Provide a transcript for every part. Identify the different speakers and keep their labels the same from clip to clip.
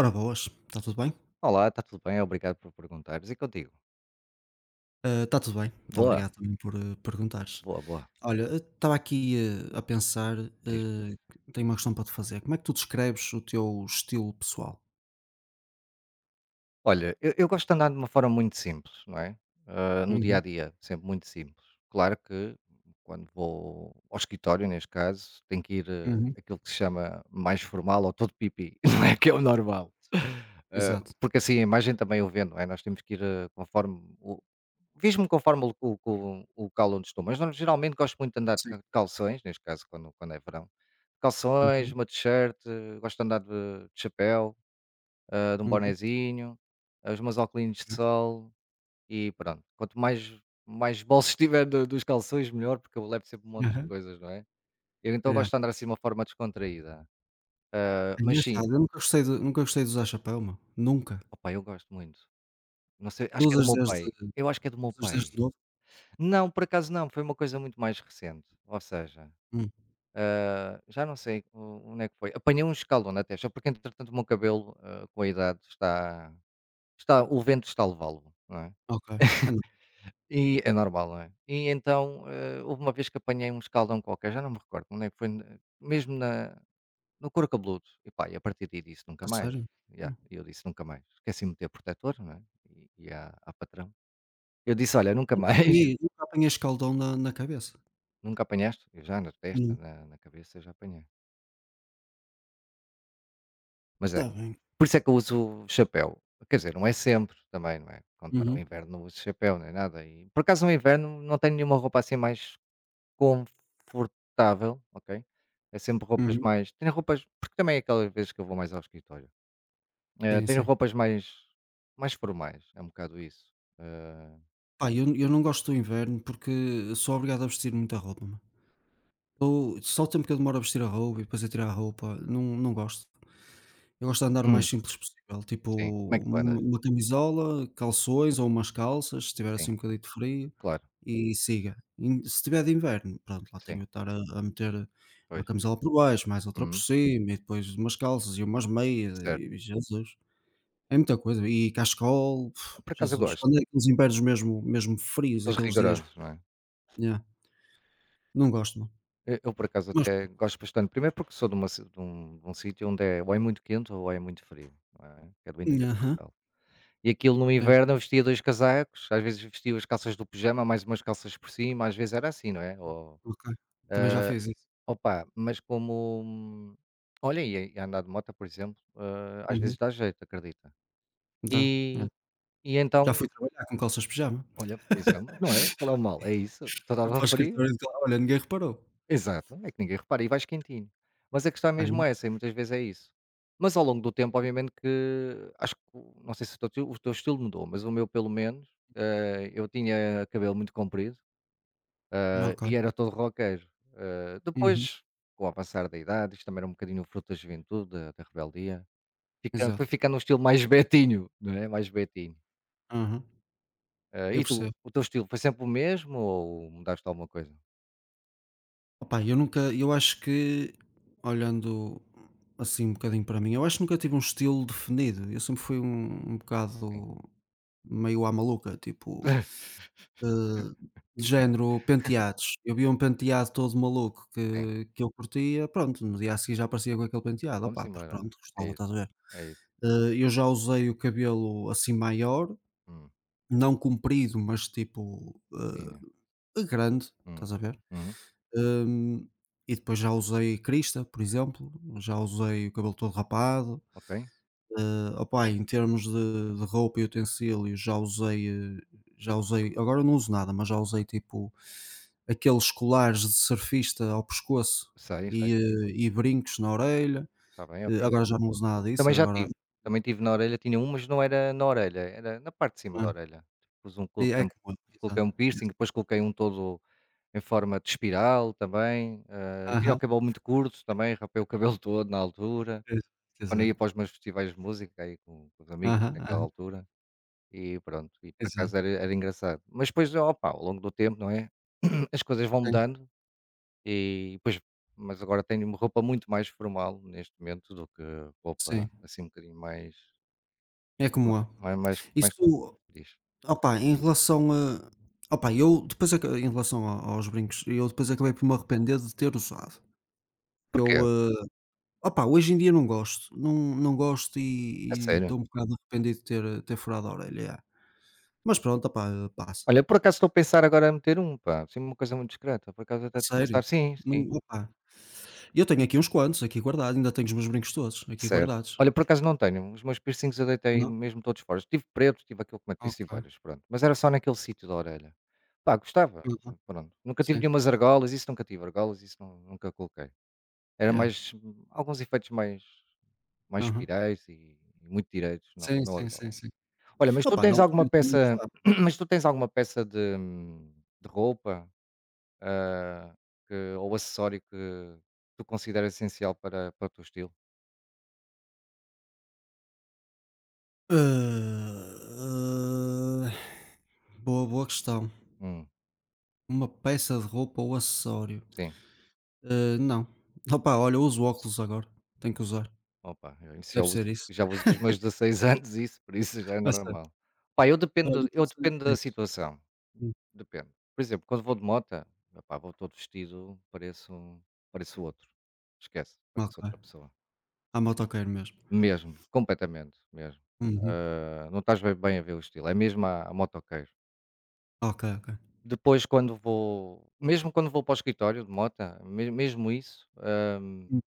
Speaker 1: Ora boas, está tudo bem?
Speaker 2: Olá, está tudo bem? Obrigado por perguntares. E contigo?
Speaker 1: Ah, está tudo bem, muito
Speaker 2: Boa,
Speaker 1: obrigado também por perguntares.
Speaker 2: boa, boa.
Speaker 1: Olha, eu estava aqui a pensar,
Speaker 2: Diz.
Speaker 1: que tenho uma questão para te fazer. Como é que tu descreves o teu estilo pessoal?
Speaker 2: Olha, eu gosto de andar de uma forma muito simples, não é? Ah, no dia
Speaker 1: Uhum,
Speaker 2: a dia, sempre muito simples. Claro que quando vou ao escritório, neste caso, tenho que ir
Speaker 1: uhum,
Speaker 2: aquilo que se chama mais formal ou todo pipi, não é? Que é o normal. Ah,
Speaker 1: exato.
Speaker 2: porque assim a imagem também o vendo, não é? Nós temos que ir conforme o. Vejo-me conforme o local onde estou, mas geralmente gosto muito de andar
Speaker 1: Sim.
Speaker 2: de calções, neste caso quando é verão. Calções,
Speaker 1: Uhum,
Speaker 2: uma t-shirt, gosto de andar de chapéu, de um
Speaker 1: uhum,
Speaker 2: bonezinho, os meus óculos de
Speaker 1: é.
Speaker 2: sol e pronto. Quanto mais, mais bolsos tiver dos calções, melhor, porque eu levo sempre um monte de
Speaker 1: Aham,
Speaker 2: coisas, não é? Eu então
Speaker 1: é.
Speaker 2: gosto de andar assim de uma forma descontraída. Ah,
Speaker 1: É
Speaker 2: mas sim,
Speaker 1: engraçado, eu nunca gostei de usar chapéu, meu. Nunca.
Speaker 2: opa, eu gosto muito. Não sei,
Speaker 1: Tu
Speaker 2: acho que é do
Speaker 1: usas
Speaker 2: meu
Speaker 1: desde,
Speaker 2: pai. Eu acho que é do meu
Speaker 1: Usas
Speaker 2: pai.
Speaker 1: desde novo?
Speaker 2: Não, por acaso não, foi uma coisa muito mais recente. Ou seja,
Speaker 1: Hum,
Speaker 2: já não sei onde é que foi. Apanhei um escalão na testa, porque entretanto o meu cabelo, com a idade, está. O vento está a levá-lo, não é?
Speaker 1: ok. Ah, não.
Speaker 2: E é normal, não é? E então, houve uma vez que apanhei um escaldão qualquer, já não me recordo, onde é foi, mesmo na, no couro cabeludo. E pá, e a partir daí disse
Speaker 1: A
Speaker 2: nunca mais.
Speaker 1: sério?
Speaker 2: Ya,
Speaker 1: Hum.
Speaker 2: e eu disse nunca mais. Esqueci de meter protetor, não é? E à patrão. Eu disse, olha, nunca mais,
Speaker 1: Nunca apanhei, nunca apanhei escaldão na cabeça.
Speaker 2: nunca apanhaste? Eu já na
Speaker 1: Hum.
Speaker 2: testa, na cabeça, já apanhei. Mas é,
Speaker 1: Está bem.
Speaker 2: por isso é que eu uso chapéu. Quer dizer, não é sempre também, não é? Quando está no
Speaker 1: Uhum,
Speaker 2: inverno não uso chapéu, nem nada. E, por acaso no inverno não tenho nenhuma roupa assim mais confortável, ok. É sempre roupas
Speaker 1: uhum.
Speaker 2: mais tenho roupas porque também é aquelas vezes que eu vou mais ao escritório.
Speaker 1: Sim,
Speaker 2: Tenho
Speaker 1: sim.
Speaker 2: roupas mais formais, é um bocado isso. Eh,
Speaker 1: Pá, eu não gosto do inverno porque sou obrigado a vestir muita roupa, meu. Ou só o tempo que eu demoro a vestir a roupa e depois a tirar a roupa, não gosto. Eu gosto de andar o mais
Speaker 2: hum,
Speaker 1: simples possível, tipo
Speaker 2: sim. Como é que tu
Speaker 1: um
Speaker 2: andas?
Speaker 1: uma camisola, calções ou umas calças, se tiver assim
Speaker 2: Sim,
Speaker 1: um bocadinho de frio,
Speaker 2: claro,
Speaker 1: e siga. In Se tiver de inverno, pronto, lá tenho
Speaker 2: sim,
Speaker 1: de estar a meter uma
Speaker 2: pois.
Speaker 1: camisola por baixo, mais outra por
Speaker 2: Uhum,
Speaker 1: cima e depois umas calças e umas meias
Speaker 2: certo.
Speaker 1: e Jesus, é muita coisa. E cachecol,
Speaker 2: Por acaso eu
Speaker 1: Jesus,
Speaker 2: gosto,
Speaker 1: quando é aqueles invernos mesmo mesmo frios,
Speaker 2: aqueles
Speaker 1: aqueles dias...
Speaker 2: rigorosos, não é.
Speaker 1: Yeah, não gosto não,
Speaker 2: Eu por acaso
Speaker 1: mas
Speaker 2: até
Speaker 1: pronto.
Speaker 2: gosto bastante, primeiro porque sou de uma ci de um sítio onde é ou é muito quente ou é muito frio, não é, que é do interior de
Speaker 1: Aham,
Speaker 2: Portugal. E aquilo no
Speaker 1: sim,
Speaker 2: inverno eu vestia 2 casacos, às vezes vestia as calças do pijama, mais umas calças por cima, às vezes era assim, não é? Ou,
Speaker 1: ok. Também já
Speaker 2: eh,
Speaker 1: fiz isso.
Speaker 2: opa, mas como olha, e a andar de moto, por exemplo, às vezes
Speaker 1: Uhum,
Speaker 2: dá jeito, acredita.
Speaker 1: já, é.
Speaker 2: E e
Speaker 1: Já
Speaker 2: então
Speaker 1: fui trabalhar com calças de pijama.
Speaker 2: olha, por exemplo, não é? Qual é o mal? É isso,
Speaker 1: Fui
Speaker 2: estava
Speaker 1: para o
Speaker 2: frio.
Speaker 1: escritório de cal olha, ninguém reparou.
Speaker 2: Exato, é que ninguém repara e vais quentinho. Mas a questão é
Speaker 1: Ah, não?
Speaker 2: mesmo essa e muitas vezes é isso. Mas ao longo do tempo, obviamente que acho que não sei se o teu estilo mudou, mas o meu pelo menos, eu tinha cabelo muito comprido,
Speaker 1: Ok.
Speaker 2: e era todo roqueiro.
Speaker 1: Uhum,
Speaker 2: Depois, com o avançar da idade, isto também era um bocadinho fruto da juventude, da rebeldia, foi
Speaker 1: exato.
Speaker 2: ficando um estilo mais betinho, não é? Mais betinho.
Speaker 1: Aham, eu
Speaker 2: E tu,
Speaker 1: percebo.
Speaker 2: o teu estilo foi sempre o mesmo ou mudaste alguma coisa?
Speaker 1: Opá, eu nunca eu acho que, olhando assim um bocadinho para mim, eu acho que nunca tive um estilo definido. Eu sempre fui um
Speaker 2: Sim.
Speaker 1: bocado meio à maluca, tipo... Hã, de género penteados. Eu vi um penteado todo maluco
Speaker 2: Sim.
Speaker 1: que eu curtia, pronto, no dia a seguir já aparecia com aquele penteado,
Speaker 2: Vamos
Speaker 1: opá, porque
Speaker 2: embora.
Speaker 1: pronto,
Speaker 2: É
Speaker 1: gostava,
Speaker 2: isso.
Speaker 1: estás a ver?
Speaker 2: É isso.
Speaker 1: Eu já usei o cabelo assim maior,
Speaker 2: Hum.
Speaker 1: não comprido, mas tipo,
Speaker 2: Sim.
Speaker 1: grande,
Speaker 2: Hum.
Speaker 1: estás a ver?
Speaker 2: Uhum.
Speaker 1: Hã, e depois já usei crista, por exemplo, já usei o cabelo todo rapado.
Speaker 2: Ok.
Speaker 1: Opá, em termos de roupa e utensílios, já usei, eh, já usei, agora não uso nada, mas já usei tipo aqueles colares de surfista ao pescoço
Speaker 2: Sei, sei,
Speaker 1: e,
Speaker 2: sei.
Speaker 1: eh, e brincos na orelha.
Speaker 2: Está bem, ok.
Speaker 1: Agora já não uso nada disso,
Speaker 2: Também já
Speaker 1: agora
Speaker 2: tive. Também tive na orelha, tinha um, mas não era na orelha, era na parte de cima da
Speaker 1: hum,
Speaker 2: orelha. Pus um
Speaker 1: é
Speaker 2: coloquei um
Speaker 1: como eu,
Speaker 2: coloquei
Speaker 1: exato.
Speaker 2: um piercing,
Speaker 1: Exa
Speaker 2: depois coloquei um todo em forma de espiral também, tinha o
Speaker 1: Aham,
Speaker 2: cabelo muito curto também, rapei o cabelo todo na altura,
Speaker 1: exa
Speaker 2: quando ia
Speaker 1: exato.
Speaker 2: para os meus festivais de música, aí com os amigos
Speaker 1: Aham,
Speaker 2: naquela
Speaker 1: aham,
Speaker 2: altura, e pronto, e por acaso
Speaker 1: exato.
Speaker 2: era engraçado. Mas depois, opa, ao longo do tempo, não é, as coisas vão
Speaker 1: Sim,
Speaker 2: mudando. E pois, mas agora tenho roupa muito mais formal neste momento do que
Speaker 1: sim,
Speaker 2: roupa, assim, um bocadinho mais
Speaker 1: é como eu.
Speaker 2: ma mais mais
Speaker 1: Isso,
Speaker 2: diz?
Speaker 1: opá, em relação a opá, eu depois aca em relação a aos brincos, eu depois acabei
Speaker 2: Sim.
Speaker 1: por me arrepender de ter usado. Que Eu,
Speaker 2: Porquê?
Speaker 1: hoje em dia não gosto, não gosto
Speaker 2: É
Speaker 1: e
Speaker 2: sério?
Speaker 1: estou um bocado arrependido de ter furado a orelha, yeah. Mas pronto, opá, passa.
Speaker 2: Olha, por acaso estou a pensar agora a meter um pá, assim uma coisa muito discreta, por acaso
Speaker 1: A
Speaker 2: até estou a
Speaker 1: sério?
Speaker 2: pensar sim,
Speaker 1: Não,
Speaker 2: sim,
Speaker 1: opá, eu tenho aqui uns quantos aqui guardados, ainda tenho os meus brincos todos aqui
Speaker 2: certo.
Speaker 1: guardados.
Speaker 2: Olha, por acaso não tenho, os meus piercings eu deitei
Speaker 1: Não?
Speaker 2: mesmo todos fora, tive preto, tive aquele como eu te disse, tive
Speaker 1: Ok.
Speaker 2: vários, pronto, mas era só naquele sítio da orelha. Pá, gostava,
Speaker 1: Uhum,
Speaker 2: pronto, nunca tive
Speaker 1: sim,
Speaker 2: nenhumas argolas, isso nunca tive, argolas isso não nunca coloquei. Era
Speaker 1: yeah,
Speaker 2: mais alguns efeitos mais
Speaker 1: aham.
Speaker 2: pirais e muito direitos, não,
Speaker 1: Sim,
Speaker 2: não
Speaker 1: sim, sim,
Speaker 2: argolas.
Speaker 1: sim.
Speaker 2: Olha, mas tu
Speaker 1: Opá, na
Speaker 2: tens
Speaker 1: altura
Speaker 2: alguma
Speaker 1: eu também
Speaker 2: peça
Speaker 1: gostava.
Speaker 2: mas tu tens alguma peça de roupa, ah, que ou acessório que tu consideras essencial para o teu estilo?
Speaker 1: Ah, boa, boa questão.
Speaker 2: Hum,
Speaker 1: Uma peça de roupa ou acessório?
Speaker 2: sim.
Speaker 1: Não. Opa, olha, eu uso óculos agora, tenho que usar.
Speaker 2: Opa, eu isso já
Speaker 1: Deve
Speaker 2: uso
Speaker 1: ser isso.
Speaker 2: já uso desde os meus 16 anos isso, por isso já é
Speaker 1: A sério?
Speaker 2: normal. Pá, eu
Speaker 1: Olha,
Speaker 2: dependo eu
Speaker 1: comecei.
Speaker 2: dependo da
Speaker 1: Diz?
Speaker 2: situação,
Speaker 1: Hum,
Speaker 2: depende. Por exemplo, quando vou de moto epá, vou todo vestido, pareço outro. Esquece,
Speaker 1: ok.
Speaker 2: pareço outra pessoa.
Speaker 1: Ah, motoqueiro mesmo.
Speaker 2: Mesmo, completamente, mesmo.
Speaker 1: Uhum.
Speaker 2: Não estás bem bem a ver o estilo, é mesmo a motoqueiro.
Speaker 1: Ok, ok.
Speaker 2: Depois quando vou para o escritório de moto, mesmo isso,
Speaker 1: Hum,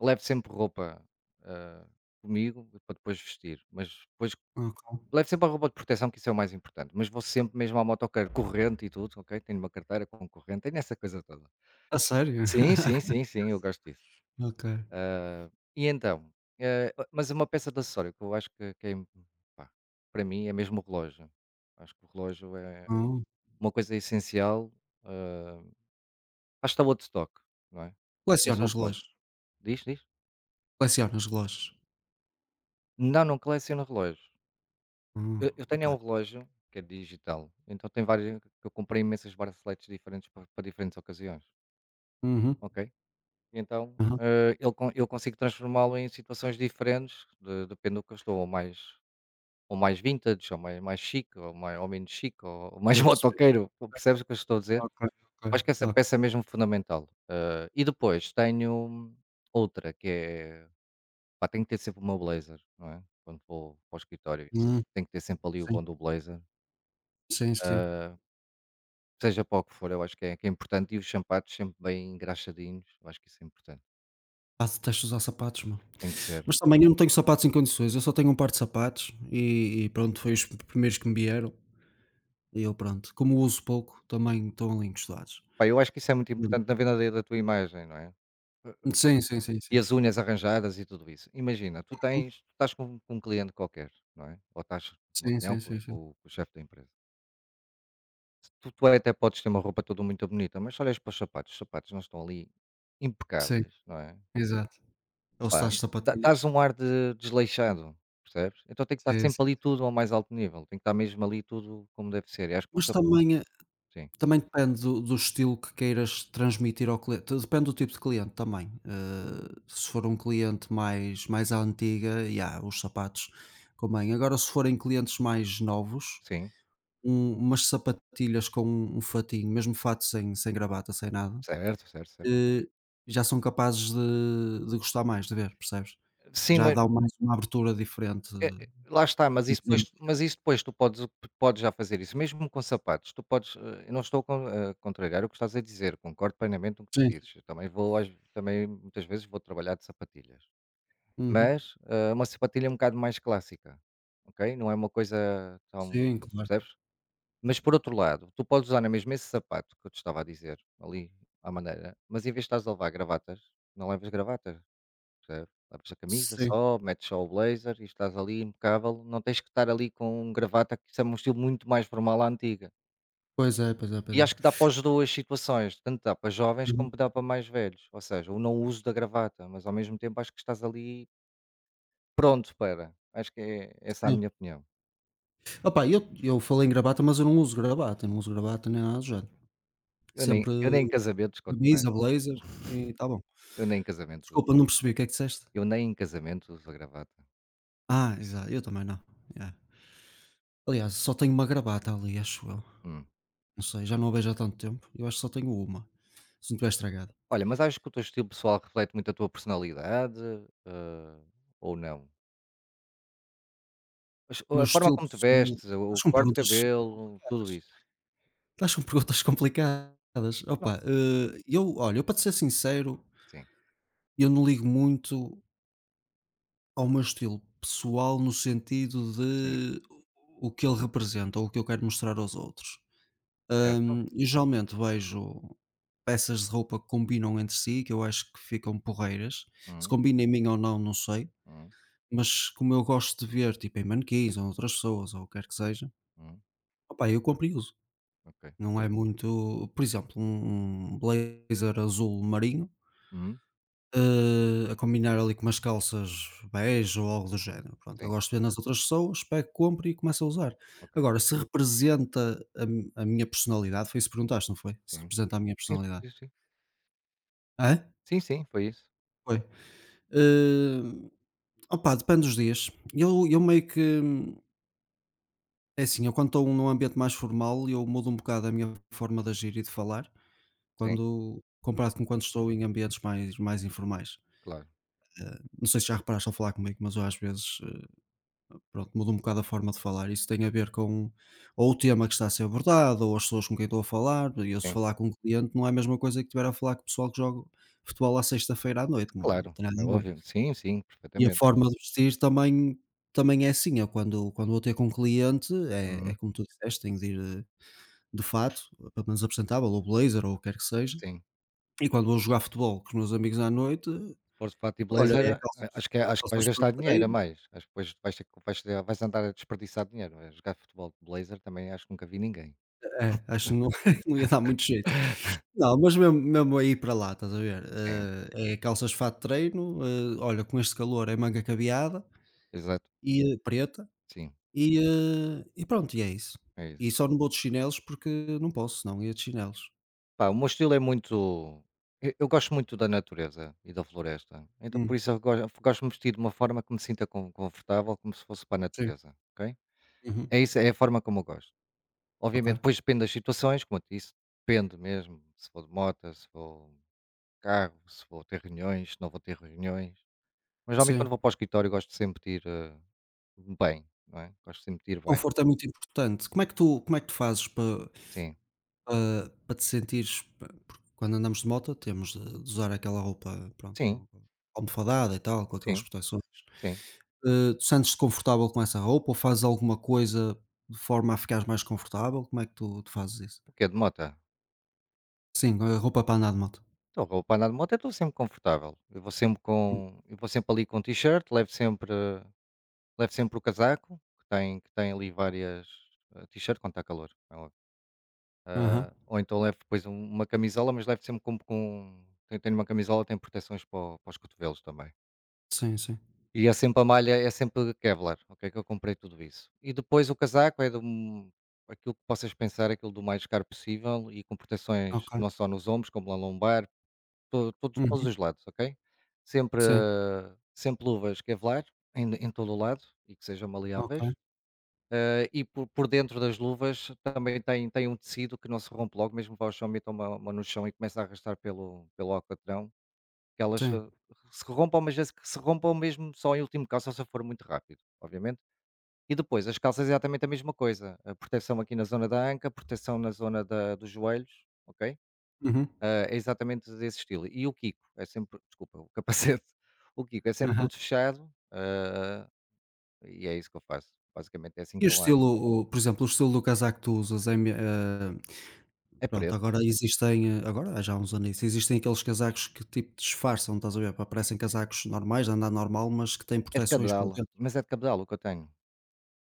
Speaker 2: levo sempre roupa, hã, comigo para depois vestir, mas depois
Speaker 1: ok.
Speaker 2: levo sempre a roupa de proteção que isso é o mais importante, mas vou sempre mesmo à motoqueiro, corrente e tudo, ok, tenho uma carteira com corrente, tenho essa coisa toda.
Speaker 1: A sério?
Speaker 2: Sim, sim, sim, sim, eu gosto disso.
Speaker 1: Ok.
Speaker 2: Ah, e então, mas é uma peça de acessório que eu acho que é pá, para mim é mesmo o relógio. Acho que o relógio é
Speaker 1: Oh.
Speaker 2: uma coisa essencial, hã, acho que está out of stock, não é? Tens um
Speaker 1: Colecionas relógios?
Speaker 2: relógio diz?
Speaker 1: Colecionas relógios?
Speaker 2: Não, não coleciono relógios.
Speaker 1: Hum,
Speaker 2: Eu tenho é
Speaker 1: ok.
Speaker 2: um relógio que é digital, então tem vários eu comprei imensas braceletes diferentes para diferentes ocasiões,
Speaker 1: Uhum.
Speaker 2: ok? Então,
Speaker 1: Aham.
Speaker 2: eu consigo transformá-lo em situações diferentes de depende do que eu estou ou mais. Ou mais vintage, ou mais chique, ou mais ou menos chique, ou mais
Speaker 1: Estou a perceber.
Speaker 2: motoqueiro, percebes o que eu estou a dizer?
Speaker 1: Ok, ok,
Speaker 2: Acho que essa
Speaker 1: ok.
Speaker 2: peça é mesmo fundamental. E depois tenho outra que é, pá, tenho que ter sempre o meu blazer, não é? Quando vou para o escritório,
Speaker 1: Hum,
Speaker 2: isso, tenho que ter sempre ali o
Speaker 1: sim,
Speaker 2: bom do blazer,
Speaker 1: sim, sim.
Speaker 2: hã, seja para o que for, eu acho que é importante e os sapatos sempre bem engraxadinhos, eu acho que isso é importante,
Speaker 1: Ah, detesto usar sapatos, meu.
Speaker 2: tem que ser.
Speaker 1: Mas também eu não tenho sapatos em condições, eu só tenho um par de sapatos e pronto, foi os primeiros que me vieram e eu pronto, como uso pouco, também estão ali encostados.
Speaker 2: Pá, eu acho que isso é muito
Speaker 1: Hum.
Speaker 2: importante na venda da tua imagem, não é?
Speaker 1: Sim, sim, sim, sim.
Speaker 2: E as unhas arranjadas e tudo isso. Imagina, tu
Speaker 1: Hum,
Speaker 2: tens tu estás com um cliente qualquer, não é? Ou estás numa
Speaker 1: sim,
Speaker 2: reunião
Speaker 1: sim,
Speaker 2: com
Speaker 1: sim, sim.
Speaker 2: com com o chefe da empresa. Tu até podes ter uma roupa toda muito bonita, mas se olhas para os sapatos não estão ali
Speaker 1: Sim,
Speaker 2: impecáveis, não é?
Speaker 1: exato. Ou se
Speaker 2: Pá,
Speaker 1: estás
Speaker 2: dá
Speaker 1: sapatilhas.
Speaker 2: dás um ar de desleixado, percebes? Então tem que estar
Speaker 1: Sim,
Speaker 2: sempre
Speaker 1: sim.
Speaker 2: ali tudo ao mais alto nível, tem que estar mesmo ali tudo como deve ser. E acho que um
Speaker 1: Mas
Speaker 2: sapato
Speaker 1: também,
Speaker 2: sim,
Speaker 1: também depende do estilo que queiras transmitir ao cliente. Depende do tipo de cliente também. Se for um cliente mais mais à antiga, yeah, os sapatos convém. Agora, se forem clientes mais novos,
Speaker 2: sim,
Speaker 1: umas sapatilhas com um fatinho, mesmo fato sem gravata, sem nada,
Speaker 2: certo, certo, certo.
Speaker 1: eh, já são capazes de gostar mais, de ver, percebes?
Speaker 2: Sim,
Speaker 1: Já
Speaker 2: mas
Speaker 1: dão mais uma abertura diferente.
Speaker 2: é lá está, mas isso
Speaker 1: eh,
Speaker 2: depois mas isso depois tu podes já fazer isso, mesmo com sapatos, tu podes, eu não estou a contrariar o que estás a dizer, concordo plenamente com o que tu
Speaker 1: Sim, sim.
Speaker 2: dizes, eu também vou às também muitas vezes vou trabalhar de sapatilhas,
Speaker 1: Uhum.
Speaker 2: mas, uma sapatilha um bocado mais clássica, ok? Não é uma coisa tão
Speaker 1: Sim, claro.
Speaker 2: percebes? Mas por outro lado, tu podes usar na mesma esse sapato que eu te estava a dizer, ali, à maneira, mas em vez de estares a levar gravatas, não levas gravatas. Percebe? Leves a camisa
Speaker 1: Sim.
Speaker 2: só, metes só o blazer e estás ali impecável, não tens que estar ali com um gravata, que isso é um estilo muito mais formal à antiga.
Speaker 1: Pois é, pois é, pois
Speaker 2: E
Speaker 1: é.
Speaker 2: acho que dá para as 2 situações, tanto dá para jovens
Speaker 1: Uhum.
Speaker 2: como dá para mais velhos, ou seja, o não uso da gravata, mas ao mesmo tempo acho que estás ali pronto para, acho que é essa é a
Speaker 1: Sim.
Speaker 2: minha opinião.
Speaker 1: Opa, eu falei em gravata, mas eu não uso gravata, eu não uso gravata nem nada do género.
Speaker 2: Eu nem
Speaker 1: Sempre
Speaker 2: eu nem em casamentos quanto mais,
Speaker 1: camisa, blazer e está bom.
Speaker 2: eu nem em casamento
Speaker 1: Desculpa, não percebi, o que é que disseste?
Speaker 2: eu nem em casamento uso a gravata.
Speaker 1: Ah, exato, eu também não. É. Aliás, só tenho uma gravata ali, acho eu.
Speaker 2: Hum.
Speaker 1: Não sei, já não a vejo há tanto tempo. Eu acho que só tenho uma, se não tiver estragada.
Speaker 2: Olha, mas acho que o teu estilo pessoal reflete muito a tua personalidade, hã, ou não? Mas o
Speaker 1: O meu
Speaker 2: a forma
Speaker 1: estilo
Speaker 2: como te
Speaker 1: pessoal?
Speaker 2: vestes, o
Speaker 1: Estás
Speaker 2: o
Speaker 1: com
Speaker 2: corte de
Speaker 1: perguntas
Speaker 2: cabelo, tudo
Speaker 1: complicadas.
Speaker 2: isso?
Speaker 1: Estás com perguntas complicadas.
Speaker 2: Não.
Speaker 1: Opa, eu olha, eu para te ser sincero,
Speaker 2: Sim,
Speaker 1: eu não ligo muito ao meu estilo pessoal no sentido
Speaker 2: sim,
Speaker 1: de o que ele representa ou o que eu quero mostrar aos outros.
Speaker 2: certo.
Speaker 1: Eu geralmente vejo peças de roupa que combinam entre si, que eu acho que ficam porreiras. Se
Speaker 2: Uhum,
Speaker 1: combina em mim ou não, não sei.
Speaker 2: uhum,
Speaker 1: Mas como eu gosto de ver, tipo, em manequins ou outras pessoas ou o que quer que seja,
Speaker 2: uhum,
Speaker 1: opá, eu compro e uso.
Speaker 2: ok.
Speaker 1: Não é muito. Por exemplo, um blazer azul marinho...
Speaker 2: Uhum,
Speaker 1: A combinar ali com umas calças bege ou algo do género. Pronto, eu
Speaker 2: sim,
Speaker 1: gosto de ver nas outras pessoas, pego, compro e começo a usar.
Speaker 2: ok,
Speaker 1: Agora, se representa a minha personalidade, foi isso que perguntaste, não foi? Se
Speaker 2: sim.
Speaker 1: representa a minha
Speaker 2: Sim,
Speaker 1: personalidade.
Speaker 2: sim, sim, sim.
Speaker 1: Hã?
Speaker 2: Sim, sim, foi isso.
Speaker 1: Foi. Eh, Opa, depende dos dias. Eu meio que... É assim, eu quando estou num ambiente mais formal, eu mudo um bocado a minha forma de agir e de falar,
Speaker 2: Sim,
Speaker 1: quando, comparado com quando estou em ambientes mais informais.
Speaker 2: claro,
Speaker 1: Não sei se já reparaste ao falar comigo, mas eu às vezes pronto, mudo um bocado a forma de falar. Isso tem a ver com ou o tema que está a ser abordado, ou as pessoas com quem estou a falar. E eu, se
Speaker 2: sim,
Speaker 1: falar com um cliente, não é a mesma coisa que estiver a falar com o pessoal que joga futebol à sexta-feira à noite, não, não
Speaker 2: claro,
Speaker 1: tem nada
Speaker 2: é
Speaker 1: a ver.
Speaker 2: óbvio. Sim, sim,
Speaker 1: E a
Speaker 2: perfeitamente.
Speaker 1: forma de vestir também, também é assim. Eu, quando vou ter com um cliente, é
Speaker 2: Uhum,
Speaker 1: como tu disseste, tenho de ir de fato, pelo menos apresentável, ou blazer, ou o que quer que seja.
Speaker 2: sim.
Speaker 1: E quando vou jogar futebol com os meus amigos à noite,
Speaker 2: Se fores de fato e
Speaker 1: olha,
Speaker 2: blazer,
Speaker 1: é
Speaker 2: a
Speaker 1: calças,
Speaker 2: acho que é acho que vais
Speaker 1: calças para o
Speaker 2: gastar dinheiro a
Speaker 1: treino.
Speaker 2: mais. Acho que depois vais ter que vais ter vais andar a desperdiçar dinheiro. A jogar futebol de blazer também acho que nunca vi ninguém.
Speaker 1: É, acho que não não ia dar muito jeito. Não, mas mesmo mesmo a para lá, estás a ver?
Speaker 2: Sim,
Speaker 1: É calças de fato de treino, olha, com este calor é manga cabeada
Speaker 2: exato,
Speaker 1: e preta
Speaker 2: sim,
Speaker 1: e pronto, e é isso.
Speaker 2: é isso.
Speaker 1: E só não vou de chinelos porque não posso, não ia de chinelos.
Speaker 2: Pá, o meu estilo é muito eu gosto muito da natureza e da floresta, então
Speaker 1: Hum,
Speaker 2: por isso eu go gosto de me vestir de uma forma que me sinta confortável, como se fosse para a
Speaker 1: sim.
Speaker 2: natureza, ok?
Speaker 1: Uhum.
Speaker 2: É isso, é a forma como eu gosto.
Speaker 1: Ok.
Speaker 2: Obviamente depois depende das situações, como eu te disse, depende mesmo, se vou de moto, se vou de carro, se vou ter reuniões, se não vou ter reuniões, mas geralmente
Speaker 1: Sim.
Speaker 2: quando vou para o escritório gosto sempre de ir, bem, não é? Gosto sempre de ir bem.
Speaker 1: Conforto é muito importante. Como é que tu fazes para
Speaker 2: Sim,
Speaker 1: Para para te sentires pa porque quando andamos de moto temos de usar aquela roupa, pronto,
Speaker 2: sim,
Speaker 1: com almofadada e tal, com aquelas
Speaker 2: sim,
Speaker 1: proteções.
Speaker 2: sim.
Speaker 1: Tu sentes-te confortável com essa roupa ou fazes alguma coisa de forma a ficares mais confortável? Como é que tu fazes isso?
Speaker 2: O quê? De moto?
Speaker 1: Sim, roupa para andar de moto.
Speaker 2: Então, roupa para andar de moto, eu estou sempre confortável.
Speaker 1: Hum.
Speaker 2: Eu vou sempre ali com t-shirt, levo sempre o casaco, que tem ali várias t-shirt quando está calor. É óbvio.
Speaker 1: Aham.
Speaker 2: Ou então levo depois uma camisola, mas levo sempre com tenho uma camisola, tem proteções para os cotovelos também.
Speaker 1: Sim, sim.
Speaker 2: E é sempre a malha, é sempre Kevlar, ok? Que eu comprei tudo isso. E depois o casaco é aquilo que possas pensar, aquilo do mais caro possível e com proteções
Speaker 1: Ok.
Speaker 2: não só nos ombros, como na lombar, To todos
Speaker 1: Uhum.
Speaker 2: todos os lados, ok? Sempre
Speaker 1: Sim.
Speaker 2: sempre luvas Kevlar em todo o lado e que sejam
Speaker 1: Ok.
Speaker 2: maleáveis, e por dentro das luvas também tem um tecido que não se rompe logo, mesmo que vá ao chão, metam uma no chão e começa a arrastar pelo alcatrão, que elas
Speaker 1: Sim.
Speaker 2: se rompam, mas desde que se rompam mesmo só em último caso, só se for muito rápido, obviamente. E depois as calças é exatamente a mesma coisa, a proteção aqui na zona da anca, proteção na zona da dos joelhos, ok?
Speaker 1: Uhum.
Speaker 2: Ah, é exatamente desse estilo. E o Kiko é sempre desculpa, o capacete. O Kiko é sempre
Speaker 1: Aham.
Speaker 2: tudo fechado, e é isso que eu faço. Basicamente é assim
Speaker 1: E o
Speaker 2: que eu levo.
Speaker 1: estilo o Por exemplo, o estilo do casaco que tu usas é,
Speaker 2: É
Speaker 1: pronto,
Speaker 2: preto,
Speaker 1: agora existem, agora há já há uns anos, existem aqueles casacos que tipo disfarçam, estás a ver? Pá, parecem casacos normais, de andar normal, mas que têm
Speaker 2: é de
Speaker 1: proteções por
Speaker 2: cabedal,
Speaker 1: dentro.
Speaker 2: mas é de cabedal o que eu tenho.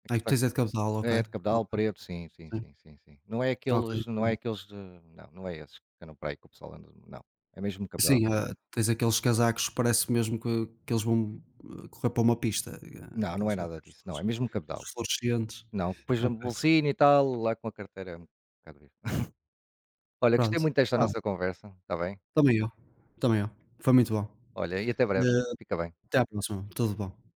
Speaker 2: É
Speaker 1: Aí tu
Speaker 2: casaco
Speaker 1: tens é de cabedal, ok.
Speaker 2: é de
Speaker 1: Ok,
Speaker 2: cabedal preto, sim, sim,
Speaker 1: sim.
Speaker 2: sim, sim, sim. Não é
Speaker 1: Ok,
Speaker 2: aqueles não é
Speaker 1: tá.
Speaker 2: aqueles de não, não é esses que andam por aí que o pessoal anda não, é mesmo cabedal.
Speaker 1: Sim, ah, tens aqueles casacos que parece mesmo que eles vão correr para uma pista.
Speaker 2: Não, não
Speaker 1: Aqueles
Speaker 2: é nada
Speaker 1: casacos
Speaker 2: disso, não, é
Speaker 1: todos,
Speaker 2: mesmo cabedal.
Speaker 1: todos fluorescentes.
Speaker 2: Não, depois a
Speaker 1: Ok,
Speaker 2: bolsinha e tal, lá com a carteira é um bocado isso. Olha, gostei
Speaker 1: pronto.
Speaker 2: muito desta
Speaker 1: Tá
Speaker 2: nossa
Speaker 1: bem.
Speaker 2: conversa, está bem?
Speaker 1: Também eu. Também eu. Foi muito bom.
Speaker 2: Olha, e até breve.
Speaker 1: Eh,
Speaker 2: Fica bem.
Speaker 1: Até à próxima. Tudo bom.